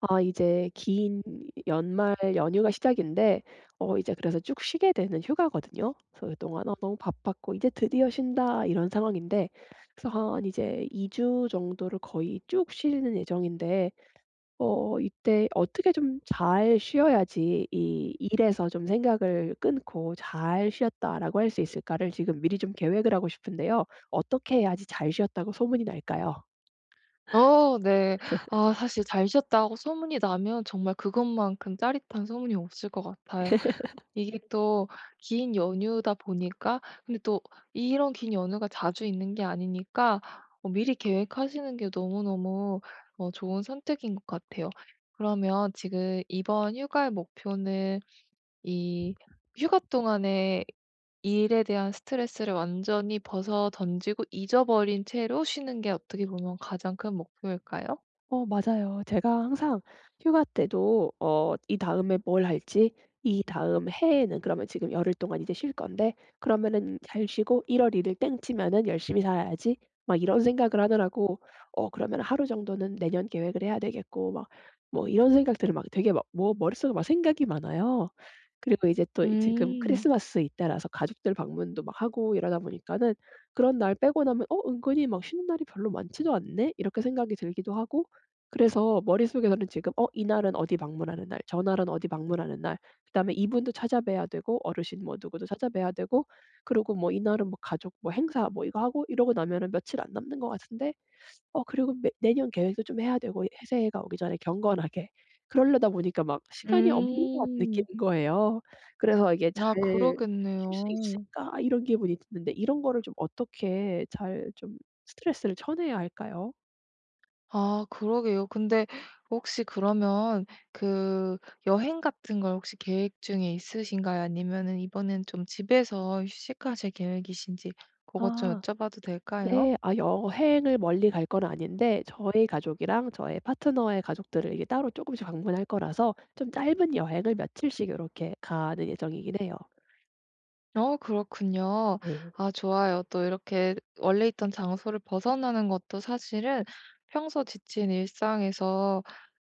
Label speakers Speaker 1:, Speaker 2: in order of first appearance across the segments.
Speaker 1: 아, 이제 긴 연말 연휴가 시작인데 이제 그래서 쭉 쉬게 되는 휴가거든요. 그래서 그동안 너무 바빴고 이제 드디어 쉰다.' 이런 상황인데, 그래서 한 이제 2주 정도를 거의 쭉 쉬는 예정인데, 이때 어떻게 좀 잘 쉬어야지 이 '일에서 좀 생각을 끊고 잘 쉬었다.'라고 할 수 있을까를 지금 미리 좀 계획을 하고 싶은데요. 어떻게 해야지 잘 쉬었다고 소문이 날까요?
Speaker 2: 네. 아 사실 "잘 쉬었다."고 소문이 나면 정말 그것만큼 짜릿한 소문이 없을 것 같아요. 이게 또 긴 연휴다 보니까, 근데 또 이런 긴 연휴가 자주 있는 게 아니니까 미리 계획하시는 게 너무너무 좋은 선택인 것 같아요. 그러면 지금 이번 휴가의 목표는 이 휴가 동안에 이 일에 대한 스트레스를 완전히 벗어 던지고 잊어버린 채로 쉬는 게 어떻게 보면 가장 큰 목표일까요?
Speaker 1: 어, 맞아요. 제가 항상 휴가 때도 이다음에 뭘 할지, 이다음 해에는 그러면 지금 열흘 동안 이제 쉴 건데, 그러면은 잘 쉬고 1월 1일 땡 치면은 '열심히 살아야지.' 막 이런 생각을 하느라고 그러면 하루 정도는 내년 계획을 해야 되겠고 막 뭐 이런 생각들을 막 되게 막 뭐 머릿속에 막 생각이 많아요. 그리고 이제 또 지금
Speaker 2: 음.
Speaker 1: 크리스마스 이때라서 가족들 방문도 막 하고 이러다 보니까는 그런 날 빼고 나면 '어 은근히 막 쉬는 날이 별로 많지도 않네.' 이렇게 생각이 들기도 하고, 그래서 머릿속에서는 지금 '어 이날은 어디 방문하는 날. 저날은 어디 방문하는 날.' 그다음에 이분도 찾아뵈야 되고 어르신 뭐 누구도 찾아뵈야 되고, 그리고 뭐 이날은 뭐 가족 뭐 행사 뭐 이거 하고 이러고 나면은 며칠 안 남는 것 같은데, 그리고 매 내년 계획도 좀 해야 되고 해 새해가 오기 전에 경건하게. 그러려다 보니까 막 시간이 없는 것 같은
Speaker 2: 음.
Speaker 1: 느끼는 거예요. 그래서 이게
Speaker 2: 아
Speaker 1: '잘 쉴 수
Speaker 2: 그러겠네요.
Speaker 1: 있을까?' 이런 기분이 드는데, 이런 거를 좀 어떻게 잘 좀 스트레스를 쳐내야 할까요?
Speaker 2: 아 그러게요. 근데 혹시 그러면 그 여행 같은 걸 혹시 계획 중에 있으신가요? 아니면은 이번엔 좀 집에서 휴식하실 계획이신지 그것 좀
Speaker 1: 아.
Speaker 2: 여쭤봐도 될까요?
Speaker 1: 네. 아, 여행을 멀리 갈 건 아닌데 저희 가족이랑 저의 파트너의 가족들을 이게 따로 쪼끔씩 방문할 거라서 좀 짧은 여행을 며칠씩 요렇게 가는 예정이긴 해요.
Speaker 2: 어 그렇군요.
Speaker 1: 네.
Speaker 2: 아 좋아요. 또 이렇게 원래 있던 장소를 벗어나는 것도 사실은 평소 지친 일상에서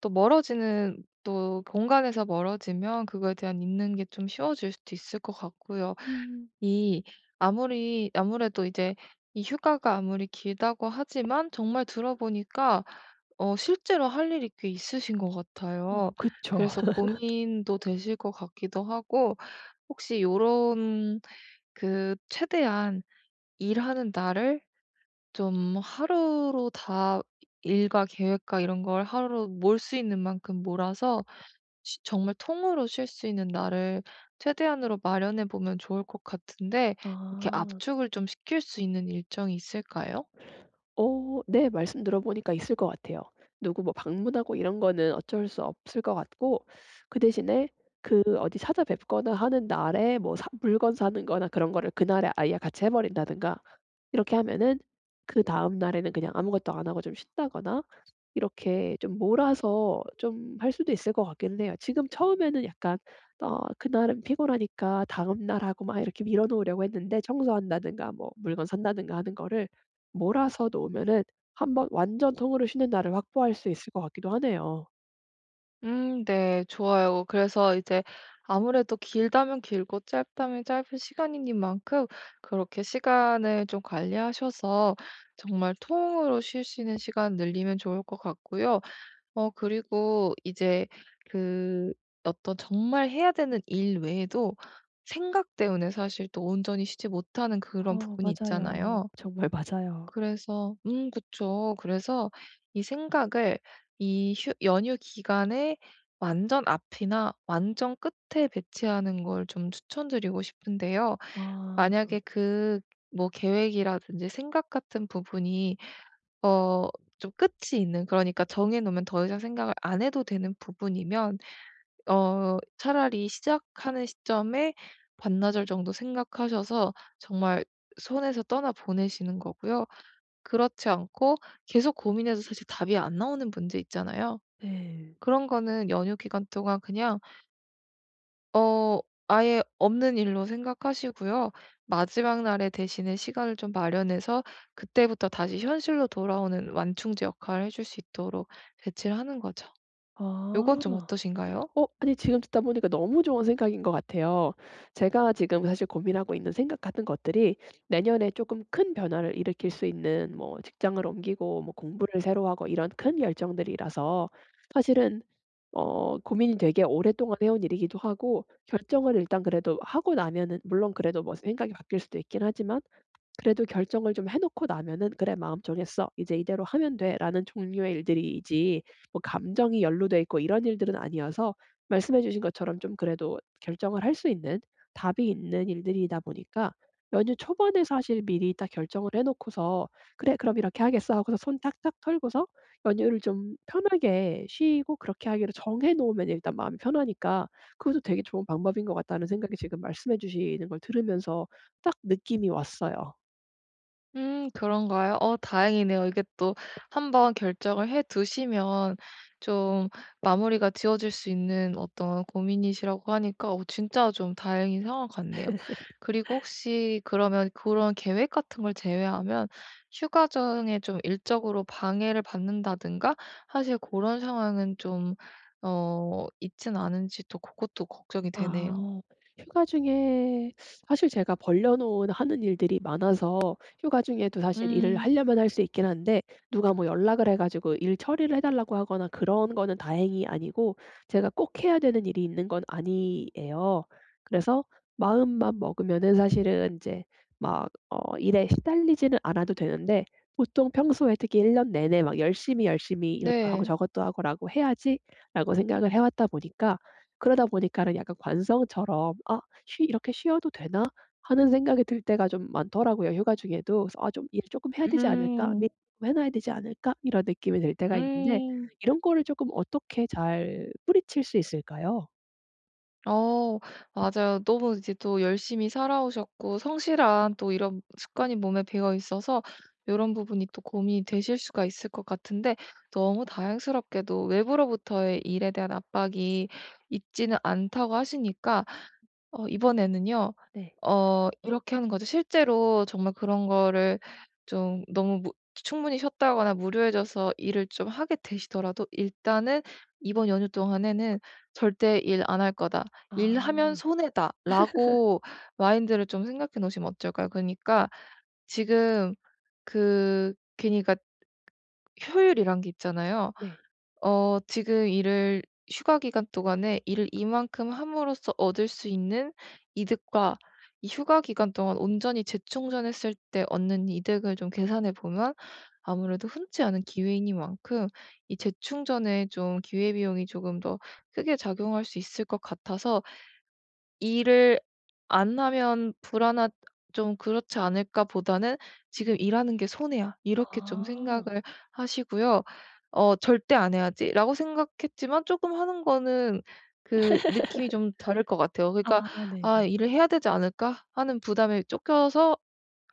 Speaker 2: 또 멀어지는, 또 공간에서 멀어지면 그거에 대한 있는 게 좀 쉬워질 수도 있을 것 같고요.
Speaker 1: 음.
Speaker 2: 이 아무리 아무래도 이제 이 휴가가 아무리 길다고 하지만 정말 들어보니까 실제로 할 일이 꽤 있으신 것
Speaker 1: 어,
Speaker 2: 같아요.
Speaker 1: 그쵸.
Speaker 2: 그래서 고민도 되실 것 같기도 하고, 혹시 요런 그 최대한 일하는 날을 좀 하루로 다 일과 계획과 이런 걸 하루로 몰 수 있는 만큼 몰아서, 쉬 정말 통으로 쉴 수 있는 날을 최대한으로 마련해 보면 좋을 것 같은데, 이렇게
Speaker 1: 아.
Speaker 2: 압축을 좀 시킬 수 있는 일정이 있을까요?
Speaker 1: 어, 네. 말씀 들어보니까 있을 것 같아요. 누구 뭐 방문하고 이런 거는 어쩔 수 없을 것 같고, 그 대신에 그 어디 찾아뵙거나 하는 날에 뭐 사 물건 사는 거나 그런 거를 그날에 아예 같이 해 버린다든가 이렇게 하면은 그다음 날에는 그냥 아무것도 안 하고 좀 쉰다거나, 이렇게 좀 몰아서 좀 할 수도 있을 것 같기는 해요. 지금 처음에는 약간 그날은 피곤하니까 다음 날 하고 막 이렇게 미뤄 놓으려고 했는데, 청소한다든가 뭐 물건 산다든가 하는 거를 몰아서 놓으면은 한번 완전 통으로 쉬는 날을 확보할 수 있을 것 같기도 하네요.
Speaker 2: 네. 좋아요. 그래서 이제 아무래도 길다면 길고 짧다면 짧은 시간이니만큼 그렇게 시간을 좀 관리하셔서 정말 통으로 쉴 수 있는 시간 늘리면 좋을 것 같고요. 그리고 이제 그 어떤 정말 해야 되는 일 외에도 생각 때문에 사실 또 온전히 쉬지 못하는 그런
Speaker 1: 어,
Speaker 2: 부분이
Speaker 1: 맞아요.
Speaker 2: 있잖아요.
Speaker 1: 정말 맞아요.
Speaker 2: 그래서 그쵸. 그래서 이 생각을 이 휴 연휴 기간에 완전 앞이나 완전 끝에 배치하는 걸 좀 추천드리고 싶은데요.
Speaker 1: 아.
Speaker 2: 만약에 뭐 계획이라든지 생각 같은 부분이 어 좀 끝이 있는, 그러니까 정해 놓으면 더 이상 생각을 안 해도 되는 부분이면 차라리 시작하는 시점에 반나절 정도 생각하셔서 정말 손에서 떠나 보내시는 거고요. 그렇지 않고 계속 고민해서 사실 답이 안 나오는 문제 있잖아요.
Speaker 1: 네.
Speaker 2: 그런 거는 연휴 기간 동안 그냥 어 아예 없는 일로 생각하시고요. 마지막 날에 대신에 시간을 좀 마련해서 그때부터 다시 현실로 돌아오는 완충제 역할을 해줄 수 있도록 배치를 하는 거죠. 요건 좀
Speaker 1: 아.
Speaker 2: 어떠신가요?
Speaker 1: 어, 아니 지금 듣다 보니까 너무 좋은 생각인 것 같아요. 제가 지금 사실 고민하고 있는 생각 같은 것들이 내년에 조금 큰 변화를 일으킬 수 있는 뭐 직장을 옮기고 뭐 공부를 새로 하고 이런 큰 결정들이라서, 사실은 고민이 되게 오랫동안 해온 일이기도 하고, 결정을 일단 그래도 하고 나면은 물론 그래도 뭐 생각이 바뀔 수도 있긴 하지만, 그래도 결정을 좀 해 놓고 나면은 '그래 마음 정했어. 이제 이대로 하면 돼.'라는 종류의 일들이지, 뭐 감정이 연루돼 있고 이런 일들은 아니어서, 말씀해 주신 것처럼 좀 그래도 결정을 할 수 있는, 답이 있는 일들이다 보니까, 연휴 초반에 사실 미리 딱 결정을 해 놓고서 '그래 그럼 이렇게 하겠어.' 하고서 손 탁탁 털고서 연휴를 좀 편하게 쉬고, 그렇게 하기로 정해 놓으면 일단 마음이 편하니까, 그것도 되게 좋은 방법인 것 같다는 생각이 지금 말씀해 주시는 걸 들으면서 딱 느낌이 왔어요.
Speaker 2: 그런가요? 다행이네요. 이게 또 한 번 결정을 해 두시면 좀 마무리가 지어질 수 있는 어떤 고민이시라고 하니까 진짜 좀 다행인 상황 같네요. 그리고 혹시 그러면 그런 계획 같은 걸 제외하면 휴가정에 좀 일적으로 방해를 받는다든가, 사실 그런 상황은 좀 있진 않은지 또 그것도 걱정이 되네요.
Speaker 1: 아. 휴가 중에 사실 제가 벌려 놓은 하는 일들이 많아서 휴가 중에도 사실 일을
Speaker 2: 음
Speaker 1: 하려면 할 수 있긴 한데, 누가 뭐 연락을 해 가지고 일 처리를 해 달라고 하거나 그런 거는 다행히 아니고, 제가 꼭 해야 되는 일이 있는 건 아니에요. 그래서 마음만 먹으면은 사실은 이제 막 일에 시달리지는 않아도 되는데, 보통 평소에 특히 1년 내내 막 열심히, 열심히 이것도 하고
Speaker 2: 네.
Speaker 1: 저것도 하고 라고 해야지라고 생각을 해 왔다 보니까, 그러다 보니까는 약간 관성처럼 '아 쉬 이렇게 쉬어도 되나?' 하는 생각이 들 때가 좀 많더라고요, 휴가 중에도. 그래서 '아 좀 일 조금 해야 되지 않을까? 미리
Speaker 2: 음.
Speaker 1: 좀 해 놔야 되지 않을까?' 이런 느낌이 들 때가 있는데,
Speaker 2: 음.
Speaker 1: 이런 거를 쪼끔 어떻게 잘 뿌리칠 수 있을까요?
Speaker 2: 어 맞아요. 너무 이제 또 열심히 살아오셨고 성실한 또 이런 습관이 몸에 배어 있어서 이런 부분이 또 고민이 되실 수가 있을 것 같은데, 너무 다행스럽게도 외부로부터의 일에 대한 압박이 있지는 않다고 하시니까 이번에는요.
Speaker 1: 네.
Speaker 2: 이렇게 하는 거죠. 실제로 정말 그런 거를 좀 너무 무 충분히 쉬었다거나 무료해져서 일을 좀 하게 되시더라도 일단은 '이번 연휴 동안에는 절대 일 안 할 거다. 일하면
Speaker 1: 아.
Speaker 2: 손해다.'라고 마인드를 좀 생각해 놓으시면 어떨까요? 그니까 러 지금 괜히 가 효율이란 게 있잖아요.
Speaker 1: 네.
Speaker 2: 지금 일을, 휴가 기간 동안에 일을 이만큼 함으로써 얻을 수 있는 이득과 이 휴가 기간 동안 온전히 재충전했을 때 얻는 이득을 좀 계산해 보면 아무래도 흔치 않은 기회이니만큼 이 재충전에 좀 기회비용이 조금 더 크게 작용할 수 있을 것 같아서 '일을 안 하면 불안하 좀 그렇지 않을까?' 보다는 '지금 일하는 게 손해야.' 이렇게 좀
Speaker 1: 아.
Speaker 2: 생각을 하시고요. '절대 안 해야지.'라고 생각했지만 쪼끔 하는 거는 그 느낌이 좀 다를 것 같아요. 그러니까
Speaker 1: 아,
Speaker 2: '아
Speaker 1: 네네.
Speaker 2: 일을 해야 되지 않을까?' 하는 부담에 쫓겨서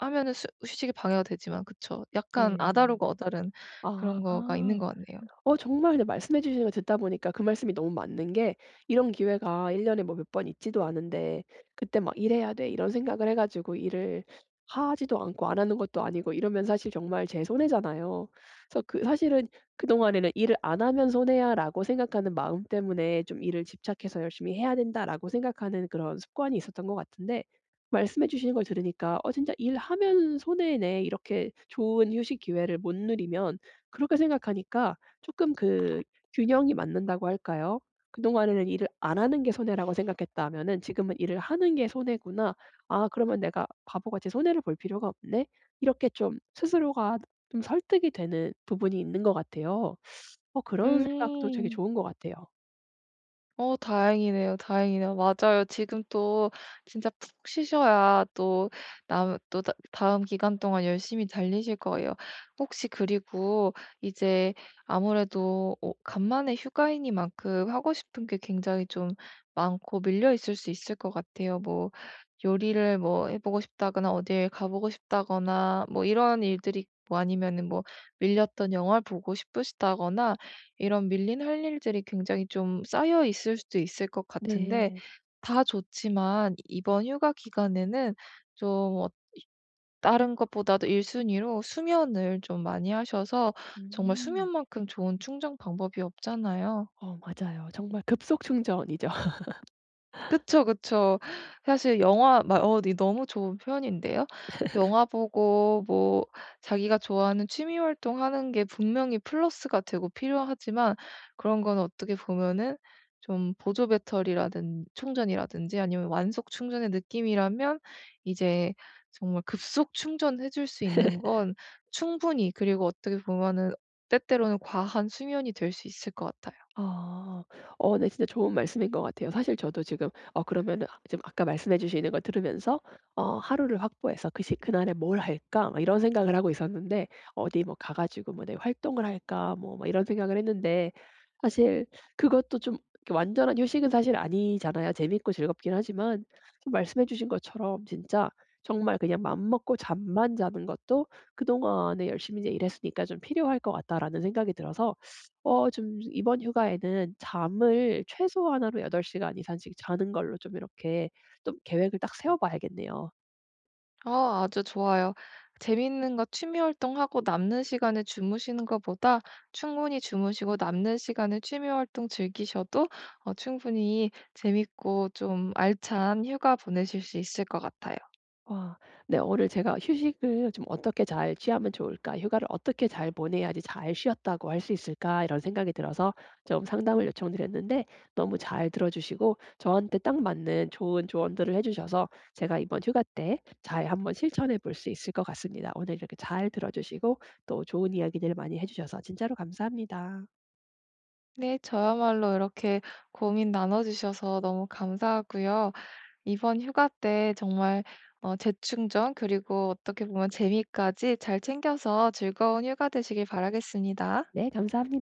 Speaker 2: 하면은 수 휴식이 방해가 되지만, 그쵸. 약간
Speaker 1: 네.
Speaker 2: 아다르고 어다른
Speaker 1: 아.
Speaker 2: 그런 거가 있는 것 같네요.
Speaker 1: 어, 정말 근데 말씀해 주시는 거 듣다 보니까 그 말씀이 너무 맞는 게, 이런 기회가 1 년에 뭐 몇 번 있지도 않은데 그때 막 '일해야 돼.' 이런 생각을 해 가지고 일을 하지도 않고 안 하는 것도 아니고 이러면 사실 정말 제 손해잖아요. 그래서 그 사실은 그동안에는 '일을 안 하면 손해야.'라고 생각하는 마음 때문에 좀 '일을 집착해서 열심히 해야 된다.'라고 생각하는 그런 습관이 있었던 것 같은데, 말씀해 주시는 걸 들으니까 '어 진짜 일하면 손해네.' 이렇게 좋은 휴식 기회를 못 누리면, 그렇게 생각하니까 쪼끔 그 균형이 맞는다고 할까요? 그동안에는 '일을 안 하는 게 손해라고 생각했다면은 지금은 일을 하는 게 손해구나. 아 그러면 내가 바보같이 손해를 볼 필요가 없네.' 이렇게 좀 스스로가 좀 설득이 되는 부분이 있는 것 같아요. 어, 그런 생각도 되게
Speaker 2: 음.
Speaker 1: 좋은 것 같아요.
Speaker 2: 다행이네요, 다행이네요. 맞아요. 지금 또 진짜 푹 쉬셔야 또 남 또 다 다음 기간 동안 열심히 달리실 거예요. 혹시 그리고 이제 아무래도 간만에 휴가이니만큼 하고 싶은 게 굉장히 좀 많고 밀려 있을 수 있을 것 같아요. 뭐 요리를 뭐 해 보고 싶다거나 어딜 가 보고 싶다거나 뭐 이런 일들이, 뭐 아니면은 뭐 밀렸던 영화를 보고 싶으시다거나 이런 밀린 할 일들이 굉장히 좀 쌓여 있을 수도 있을 것
Speaker 1: 네.
Speaker 2: 같은데,
Speaker 1: 네.
Speaker 2: 다 좋지만 이번 휴가 기간에는 좀 어 다른 것보다도 1순위 순위로 수면을 좀 많이 하셔서, 정말
Speaker 1: 음.
Speaker 2: 수면만큼 좋은 충전 방법이 없잖아요.
Speaker 1: 어, 맞아요. 정말 급속 충전이죠.
Speaker 2: 그쵸, 그쵸. 사실 영화 막 어 네, 너무 좋은 표현인데요. 영화 보고 뭐 자기가 좋아하는 취미 활동하는 게 분명히 플러스가 되고 필요하지만, 그런 건 어떻게 보면은 좀 보조 배터리라든 충전이라든지 아니면 완속 충전의 느낌이라면 이제 정말 급속 충전해 줄 수 있는 건 충분히, 그리고 어떻게 보면은 때때로는 과한 수면이 될 수 있을 것 같아요.
Speaker 1: 아. 어, 네 진짜 좋은 말씀인 것 같아요. 사실 저도 지금 그러면은 아 지금 아까 말씀해 주시는 거 들으면서 하루를 확보해서 그 시 '그날에 뭘 할까?' 막 이런 생각을 하고 있었는데, '어디 뭐 가 가지고 뭐 내 활동을 할까?' 뭐 막 이런 생각을 했는데, 사실 그것도 좀 이렇게 완전한 휴식은 사실 아니잖아요. 재밌고 즐겁긴 하지만 좀 말씀해 주신 것처럼 진짜 정말 그냥 맘먹고 잠만 자는 것도 '그동안에 열심히 이제 일했으니까 좀 필요할 것 같다.'라는 생각이 들어서 좀 이번 휴가에는 잠을 최소한으로 8시간 이상씩 자는 걸로 좀 이렇게 좀 계획을 딱 세워 봐야겠네요.
Speaker 2: 아, 아주 좋아요. 재밌는 거 취미 활동하고 남는 시간에 주무시는 것보다 충분히 주무시고 남는 시간에 취미 활동 즐기셔도 충분히 재밌고 좀 알찬 휴가 보내실 수 있을 것 같아요.
Speaker 1: 와, 네 오늘 제가 휴식을 좀 어떻게 잘 취하면 좋을까? '휴가를 어떻게 잘 보내야지 잘 쉬었다고 할 수 있을까?' 이런 생각이 들어서 좀 상담을 요청드렸는데, 너무 잘 들어 주시고 저한테 딱 맞는 좋은 조언들을 해 주셔서 제가 이번 휴가 때 잘 한번 실천해 볼 수 있을 것 같습니다. 오늘 이렇게 잘 들어 주시고 또 좋은 이야기들 많이 해 주셔서 진짜로 감사합니다.
Speaker 2: 네, 저야말로 이렇게 고민 나눠주셔서 너무 감사하고요. 이번 휴가 때 정말 재충전 그리고 어떻게 보면 재미까지 잘 챙겨서 즐거운 휴가 되시길 바라겠습니다.
Speaker 1: 네, 감사합니다.